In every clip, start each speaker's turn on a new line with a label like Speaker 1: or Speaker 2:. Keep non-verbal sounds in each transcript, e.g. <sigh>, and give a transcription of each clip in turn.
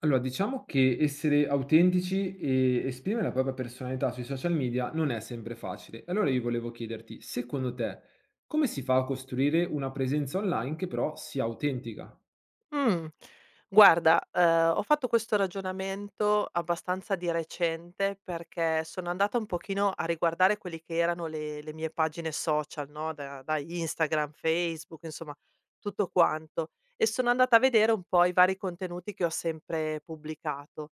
Speaker 1: Allora, diciamo che essere autentici e esprimere la propria personalità sui social media non è sempre facile. Allora io volevo chiederti, secondo te, come si fa a costruire una presenza online che però sia autentica?
Speaker 2: Mh. Guarda, ho fatto questo ragionamento abbastanza di recente, perché sono andata un pochino a riguardare quelli che erano le mie pagine social, no, da Instagram, Facebook, insomma tutto quanto, e sono andata a vedere un po' i vari contenuti che ho sempre pubblicato.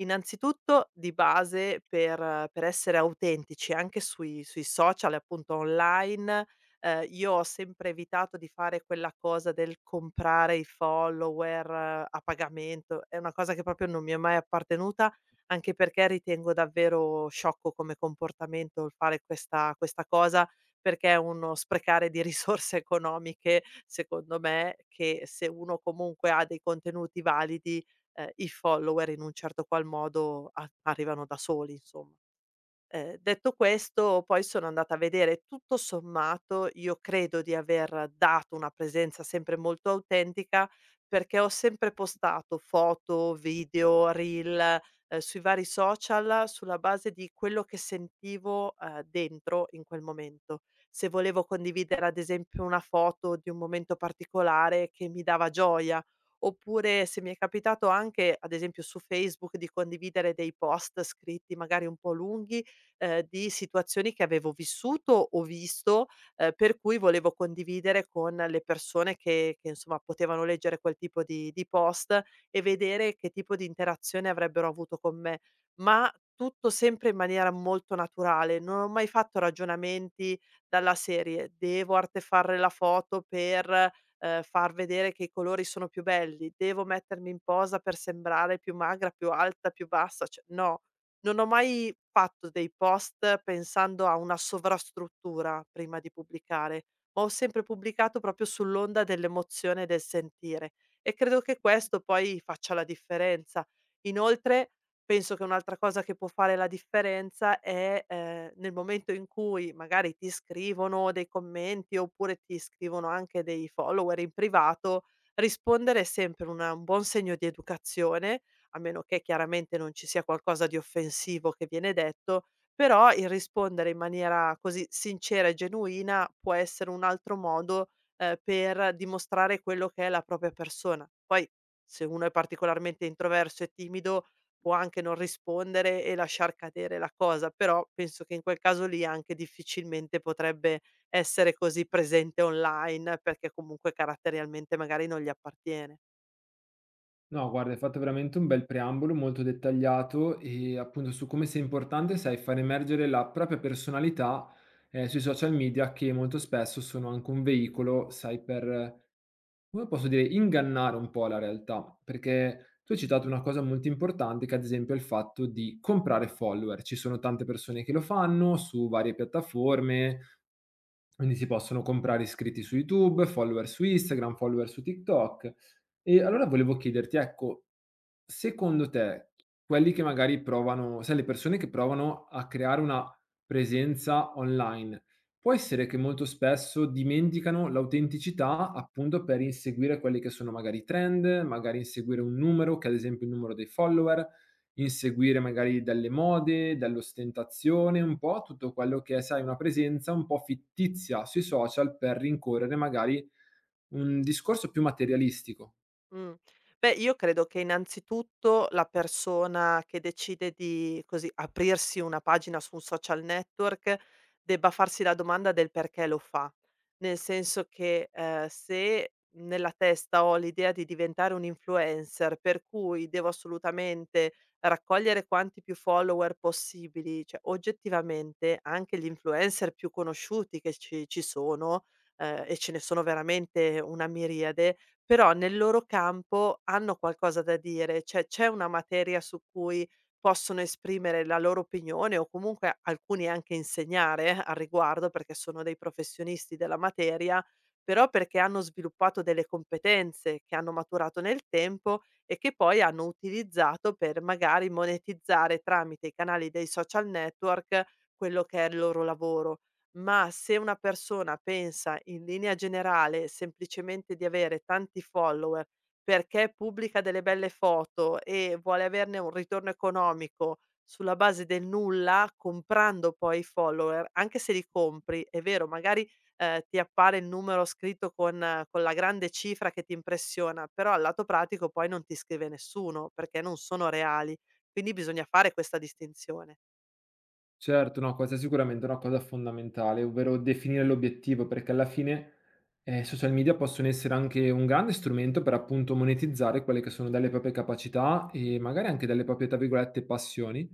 Speaker 2: Innanzitutto di base per essere autentici anche sui social, appunto, online. Io ho sempre evitato di fare quella cosa del comprare i follower a pagamento, è una cosa che proprio non mi è mai appartenuta, anche perché ritengo davvero sciocco come comportamento il fare questa cosa, perché è uno sprecare di <laughs> risorse economiche, secondo me, che se uno comunque ha dei contenuti validi, i follower in un certo qual modo a arrivano da soli, insomma. Detto questo poi sono andata a vedere, tutto sommato io credo di aver dato una presenza sempre molto autentica, perché ho sempre postato foto, video, reel, sui vari social sulla base di quello che sentivo, dentro in quel momento. Se volevo condividere ad esempio una foto di un momento particolare che mi dava gioia, oppure se mi è capitato anche, ad esempio su Facebook, di condividere dei post scritti magari un po' lunghi, di situazioni che avevo vissuto o visto, per cui volevo condividere con le persone che insomma potevano leggere quel tipo di post e vedere che tipo di interazione avrebbero avuto con me. Ma tutto sempre in maniera molto naturale, non ho mai fatto ragionamenti dalla serie: "Devo artefare la foto per, far vedere che i colori sono più belli, devo mettermi in posa per sembrare più magra, più alta, più bassa", cioè no. Non ho mai fatto dei post pensando a una sovrastruttura prima di pubblicare, ma ho sempre pubblicato proprio sull'onda dell'emozione e del sentire, e credo che questo poi faccia la differenza. Inoltre penso che un'altra cosa che può fare la differenza è, nel momento in cui magari ti scrivono dei commenti oppure ti scrivono anche dei follower in privato, rispondere è sempre una un buon segno di educazione, a meno che chiaramente non ci sia qualcosa di offensivo che viene detto, però il rispondere in maniera così sincera e genuina può essere un altro modo, per dimostrare quello che è la propria persona. Poi, se uno è particolarmente introverso e timido, può anche non rispondere e lasciar cadere la cosa, però penso che in quel caso lì anche difficilmente potrebbe essere così presente online, perché comunque caratterialmente magari non gli appartiene.
Speaker 1: No, guarda, hai fatto veramente un bel preambolo molto dettagliato e appunto su come sia importante, sai, far emergere la propria personalità sui social media che molto spesso sono anche un veicolo, sai, per, come posso dire, ingannare un po' la realtà, perché tu hai citato una cosa molto importante che ad esempio è il fatto di comprare follower. Ci sono tante persone che lo fanno su varie piattaforme, quindi si possono comprare iscritti su YouTube, follower su Instagram, follower su TikTok. E allora volevo chiederti, ecco, secondo te quelli che magari provano, sai, le persone che provano a creare una presenza online, può essere che molto spesso dimenticano l'autenticità, appunto, per inseguire quelli che sono magari i trend, magari inseguire un numero, che è ad esempio il numero dei follower, inseguire magari delle mode, dall'ostentazione, un po' tutto quello che è, sai, una presenza un po' fittizia sui social per rincorrere magari un discorso più materialistico.
Speaker 2: Mh. Beh, io credo che innanzitutto la persona che decide di, così, aprirsi una pagina su un social network debba farsi la domanda del perché lo fa. Nel senso che, se nella testa ho l'idea di diventare un influencer, per cui devo assolutamente raccogliere quanti più follower possibili, cioè oggettivamente anche gli influencer più conosciuti che ci sono, e ce ne sono veramente una miriade, però nel loro campo hanno qualcosa da dire, cioè c'è una materia su cui possono esprimere la loro opinione o comunque alcuni anche insegnare al riguardo perché sono dei professionisti della materia, però perché hanno sviluppato delle competenze che hanno maturato nel tempo e che poi hanno utilizzato per magari monetizzare tramite i canali dei social network quello che è il loro lavoro. Ma se una persona pensa in linea generale semplicemente di avere tanti follower perché pubblica delle belle foto e vuole averne un ritorno economico sulla base del nulla, comprando poi i follower, anche se li compri, è vero, magari ti appare il numero scritto con la grande cifra che ti impressiona, però al lato pratico poi non ti scrive nessuno perché non sono reali. Quindi bisogna fare questa distinzione.
Speaker 1: Certo, no, questa è sicuramente una cosa fondamentale, ovvero definire l'obiettivo, perché alla fine social media possono essere anche un grande strumento per appunto monetizzare quelle che sono delle proprie capacità e magari anche delle proprie, tra virgolette, passioni.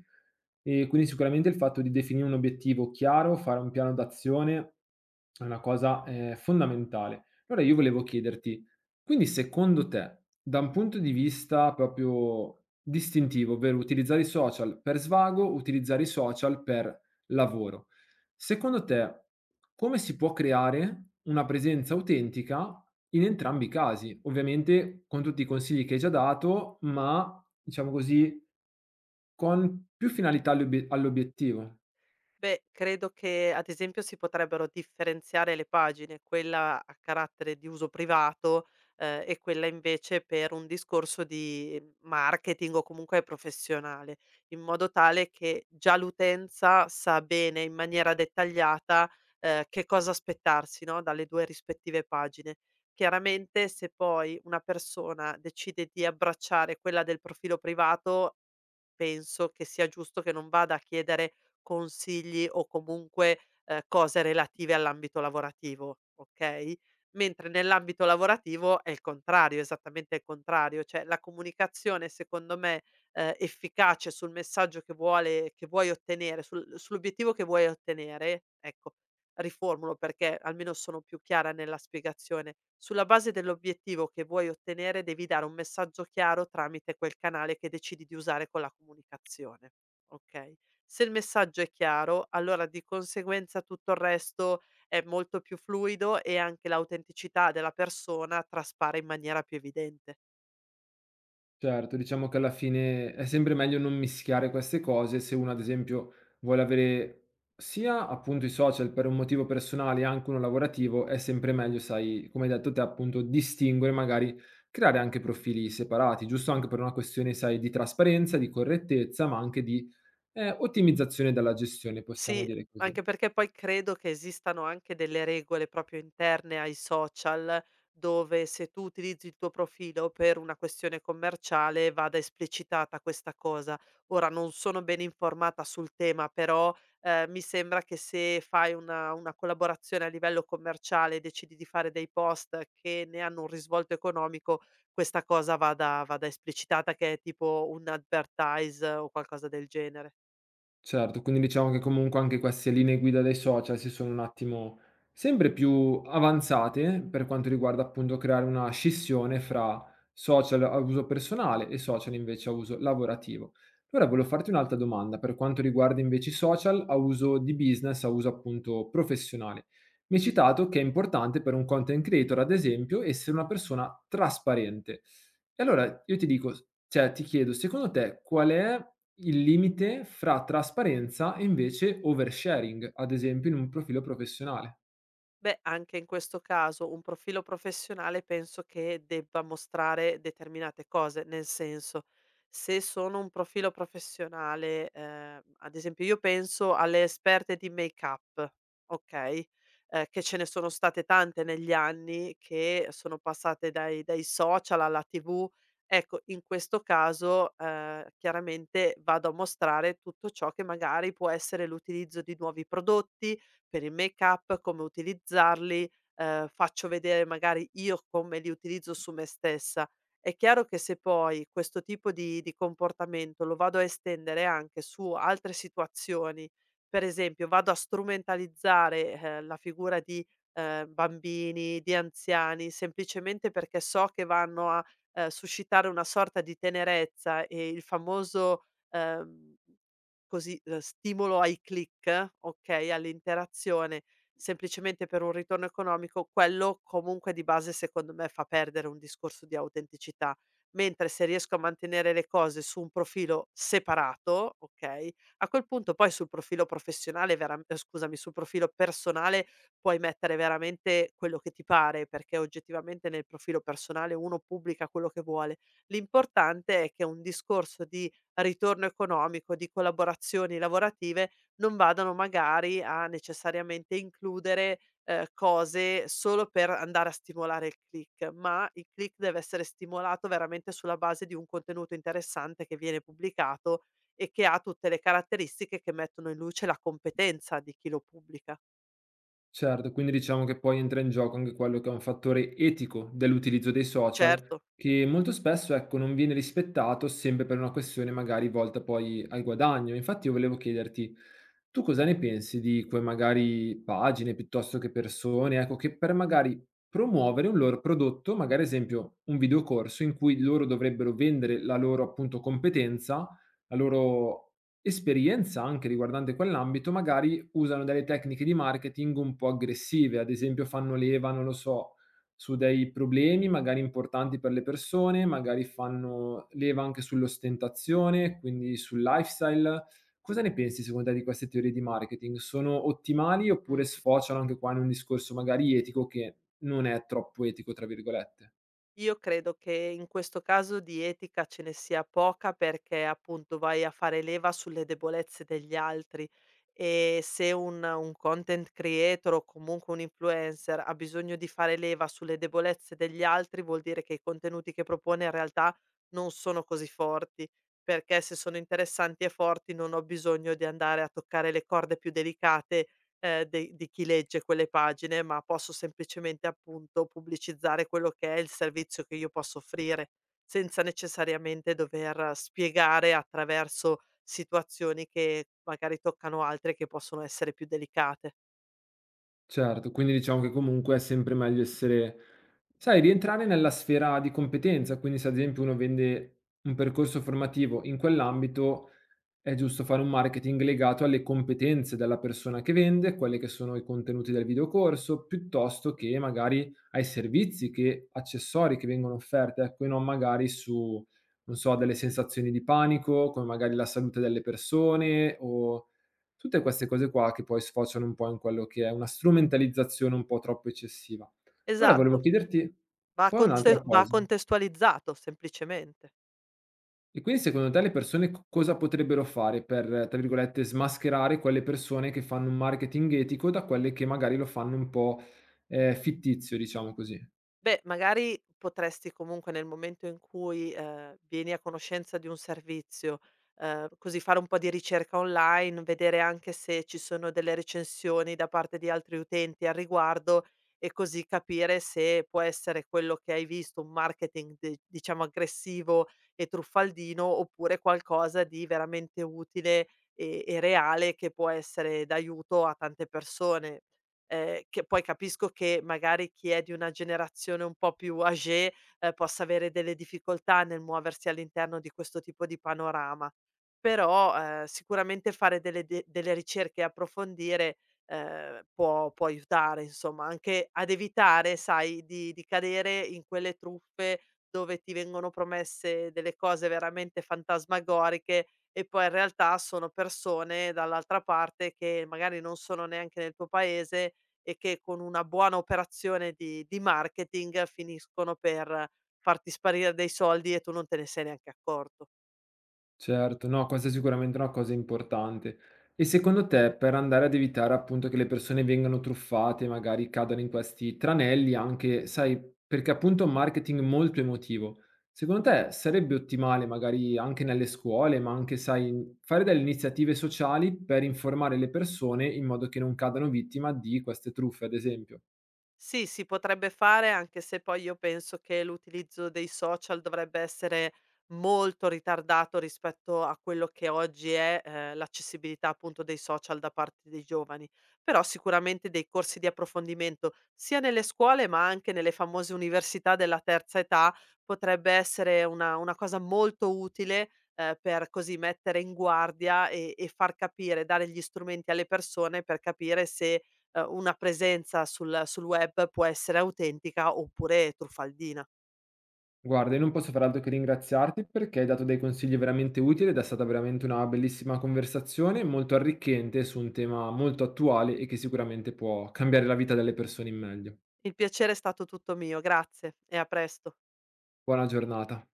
Speaker 1: E quindi sicuramente il fatto di definire un obiettivo chiaro, fare un piano d'azione è una cosa fondamentale. Allora io volevo chiederti, quindi secondo te, da un punto di vista proprio distintivo, ovvero utilizzare i social per svago, utilizzare i social per lavoro, secondo te come si può creare una presenza autentica in entrambi i casi? Ovviamente con tutti i consigli che hai già dato, ma diciamo così, con più finalità all'obiettivo.
Speaker 2: Beh, credo che ad esempio si potrebbero differenziare le pagine, quella a carattere di uso privato, e quella invece per un discorso di marketing o comunque professionale, in modo tale che già l'utenza sa bene in maniera dettagliata, che cosa aspettarsi, no, dalle 2 rispettive pagine. Chiaramente se poi una persona decide di abbracciare quella del profilo privato, penso che sia giusto che non vada a chiedere consigli o comunque, cose relative all'ambito lavorativo, okay, mentre nell'ambito lavorativo è il contrario, esattamente il contrario, cioè la comunicazione secondo me, efficace sul messaggio che vuoi ottenere, sull'obiettivo che vuoi ottenere, ecco, riformulo perché almeno sono più chiara nella spiegazione. Sulla base dell'obiettivo che vuoi ottenere devi dare un messaggio chiaro tramite quel canale che decidi di usare con la comunicazione, okay. Se il messaggio è chiaro, allora di conseguenza tutto il resto è molto più fluido e anche l'autenticità della persona traspare in maniera più evidente.
Speaker 1: Certo, diciamo che alla fine è sempre meglio non mischiare queste cose se uno, ad esempio, vuole avere sia appunto i social per un motivo personale e anche uno lavorativo, è sempre meglio, sai, come hai detto te, appunto, distinguere, magari creare anche profili separati, giusto anche per una questione, sai, di trasparenza, di correttezza, ma anche di ottimizzazione della gestione, possiamo
Speaker 2: Sì,
Speaker 1: dire così.
Speaker 2: anche perché poi credo che esistano anche delle regole proprio interne ai social, dove se tu utilizzi il tuo profilo per una questione commerciale vada esplicitata questa cosa. Ora non sono ben informata sul tema, però mi sembra che se fai una collaborazione a livello commerciale e decidi di fare dei post che ne hanno un risvolto economico, questa cosa vada esplicitata, che è tipo un advertise o qualcosa del genere.
Speaker 1: Certo, quindi diciamo che comunque anche queste linee guida dei social si sono un attimo sempre più avanzate per quanto riguarda appunto creare una scissione fra social a uso personale e social invece a uso lavorativo. Allora volevo farti un'altra domanda per quanto riguarda invece i social a uso di business, a uso appunto professionale. Mi hai citato che è importante per un content creator, ad esempio, essere una persona trasparente. E allora io ti dico, cioè ti chiedo, secondo te qual è il limite fra trasparenza e invece oversharing, ad esempio in un profilo professionale.
Speaker 2: Beh, anche in questo caso un profilo professionale penso che debba mostrare determinate cose, nel senso, se sono un profilo professionale, ad esempio io penso alle esperte di make-up, okay, che ce ne sono state tante negli anni che sono passate dai social alla TV. Ecco, in questo caso, chiaramente vado a mostrare tutto ciò che magari può essere l'utilizzo di nuovi prodotti, per il make-up, come utilizzarli, faccio vedere magari io come li utilizzo su me stessa. È chiaro che se poi questo tipo di comportamento lo vado a estendere anche su altre situazioni, per esempio vado a strumentalizzare, la figura di, bambini, di anziani, semplicemente perché so che vanno a, suscitare una sorta di tenerezza e il famoso, ehm così, stimolo ai click, okay, all'interazione, semplicemente per un ritorno economico, quello comunque di base secondo me fa perdere un discorso di autenticità. Mentre se riesco a mantenere le cose su un profilo separato, okay, a quel punto poi sul profilo professionale veram scusami, sul profilo personale puoi mettere veramente quello che ti pare, perché oggettivamente nel profilo personale uno pubblica quello che vuole. L'importante è che un discorso di ritorno economico di collaborazioni lavorative, non vadano magari a necessariamente includere, cose solo per andare a stimolare il click, ma il click deve essere stimolato veramente sulla base di un contenuto interessante che viene pubblicato e che ha tutte le caratteristiche che mettono in luce la competenza di chi lo pubblica.
Speaker 1: Certo, quindi diciamo che poi entra in gioco anche quello che è un fattore etico dell'utilizzo dei social,
Speaker 2: Certo,
Speaker 1: che molto spesso, ecco, non viene rispettato sempre per una questione magari volta poi al guadagno. Infatti io volevo chiederti, tu cosa ne pensi di quei magari pagine piuttosto che persone, ecco, che per magari promuovere un loro prodotto, magari esempio un videocorso in cui loro dovrebbero vendere la loro appunto competenza, la loro esperienza anche riguardante quell'ambito, magari usano delle tecniche di marketing un po' aggressive, ad esempio fanno leva, non lo so, su dei problemi magari importanti per le persone, magari fanno leva anche sull'ostentazione, quindi sul lifestyle. Cosa ne pensi secondo te di queste teorie di marketing? Sono ottimali oppure
Speaker 2: mh.
Speaker 1: sfociano anche qua in un discorso magari etico che non è troppo etico, tra virgolette?
Speaker 2: Io credo che in questo caso di etica ce ne sia poca perché appunto vai a fare leva sulle debolezze degli altri, e se un content creator o comunque un influencer ha bisogno di fare leva sulle debolezze degli altri vuol dire che i contenuti che propone in realtà non sono così forti, perché se sono interessanti e forti non ho bisogno di andare a toccare le corde più delicate, de di chi legge quelle pagine, ma posso semplicemente, appunto, pubblicizzare quello che è il servizio che io posso offrire, senza necessariamente dover spiegare attraverso situazioni che magari toccano altre che possono essere più delicate.
Speaker 1: Certo, quindi diciamo che comunque è sempre meglio essere, sai, rientrare nella sfera di competenza, quindi se ad esempio uno vende un percorso formativo in quell'ambito, è giusto fare un marketing legato alle competenze della persona che vende, quelle che sono i contenuti del videocorso, piuttosto che magari ai servizi che accessori che vengono offerti, ecco, e non magari su, non so, delle sensazioni di panico, come magari la salute delle persone o tutte queste cose qua che poi sfociano un po' in quello che è una strumentalizzazione un po' troppo eccessiva. Allora volevo
Speaker 2: Esatto,
Speaker 1: chiederti poi un'altra
Speaker 2: va
Speaker 1: cosa.
Speaker 2: contestualizzato semplicemente.
Speaker 1: E quindi secondo te le persone co cosa potrebbero fare per, tra virgolette, "smascherare" quelle persone che fanno un marketing etico da quelle che magari lo fanno un po', fittizio, diciamo così?
Speaker 2: Beh, magari potresti comunque nel momento in cui, vieni a conoscenza di un servizio, così fare un po' di ricerca online, vedere anche se ci sono delle recensioni da parte di altri utenti al riguardo, e così capire se può essere quello che hai visto un marketing de diciamo aggressivo e truffaldino, oppure qualcosa di veramente utile e reale che può essere d'aiuto a tante persone. Che poi capisco che magari chi è di una generazione un po' più âgée, possa avere delle difficoltà nel muoversi all'interno di questo tipo di panorama. Però, sicuramente fare delle de delle ricerche e approfondire, può aiutare insomma, anche ad evitare, sai, di cadere in quelle truffe dove ti vengono promesse delle cose veramente fantasmagoriche e poi in realtà sono persone dall'altra parte che magari non sono neanche nel tuo paese e che con una buona operazione di marketing finiscono per farti sparire dei soldi e tu non te ne sei neanche accorto.
Speaker 1: Certo, no, questa è sicuramente una cosa importante. E secondo te, per andare ad evitare appunto che le persone vengano truffate, magari cadano in questi tranelli anche, sai, perché appunto è un marketing molto emotivo, secondo te sarebbe ottimale magari anche nelle scuole, ma anche, sai, fare delle iniziative sociali per informare le persone in modo che non cadano vittima di queste truffe, ad esempio?
Speaker 2: Sì, si potrebbe fare, anche se poi io penso che l'utilizzo dei social dovrebbe essere molto ritardato rispetto a quello che oggi è, l'accessibilità appunto dei social da parte dei giovani. Però sicuramente dei corsi di approfondimento, sia nelle scuole ma anche nelle famose università della terza età, potrebbe essere una cosa molto utile, per così mettere in guardia e far capire, dare gli strumenti alle persone per capire se una presenza sul web può essere autentica oppure truffaldina.
Speaker 1: Guarda, io non posso far altro che ringraziarti perché hai dato dei consigli veramente utili ed è stata veramente una bellissima conversazione, molto arricchente su un tema molto attuale e che sicuramente può cambiare la vita delle persone in meglio.
Speaker 2: Il piacere è stato tutto mio, grazie e a presto.
Speaker 1: Buona giornata.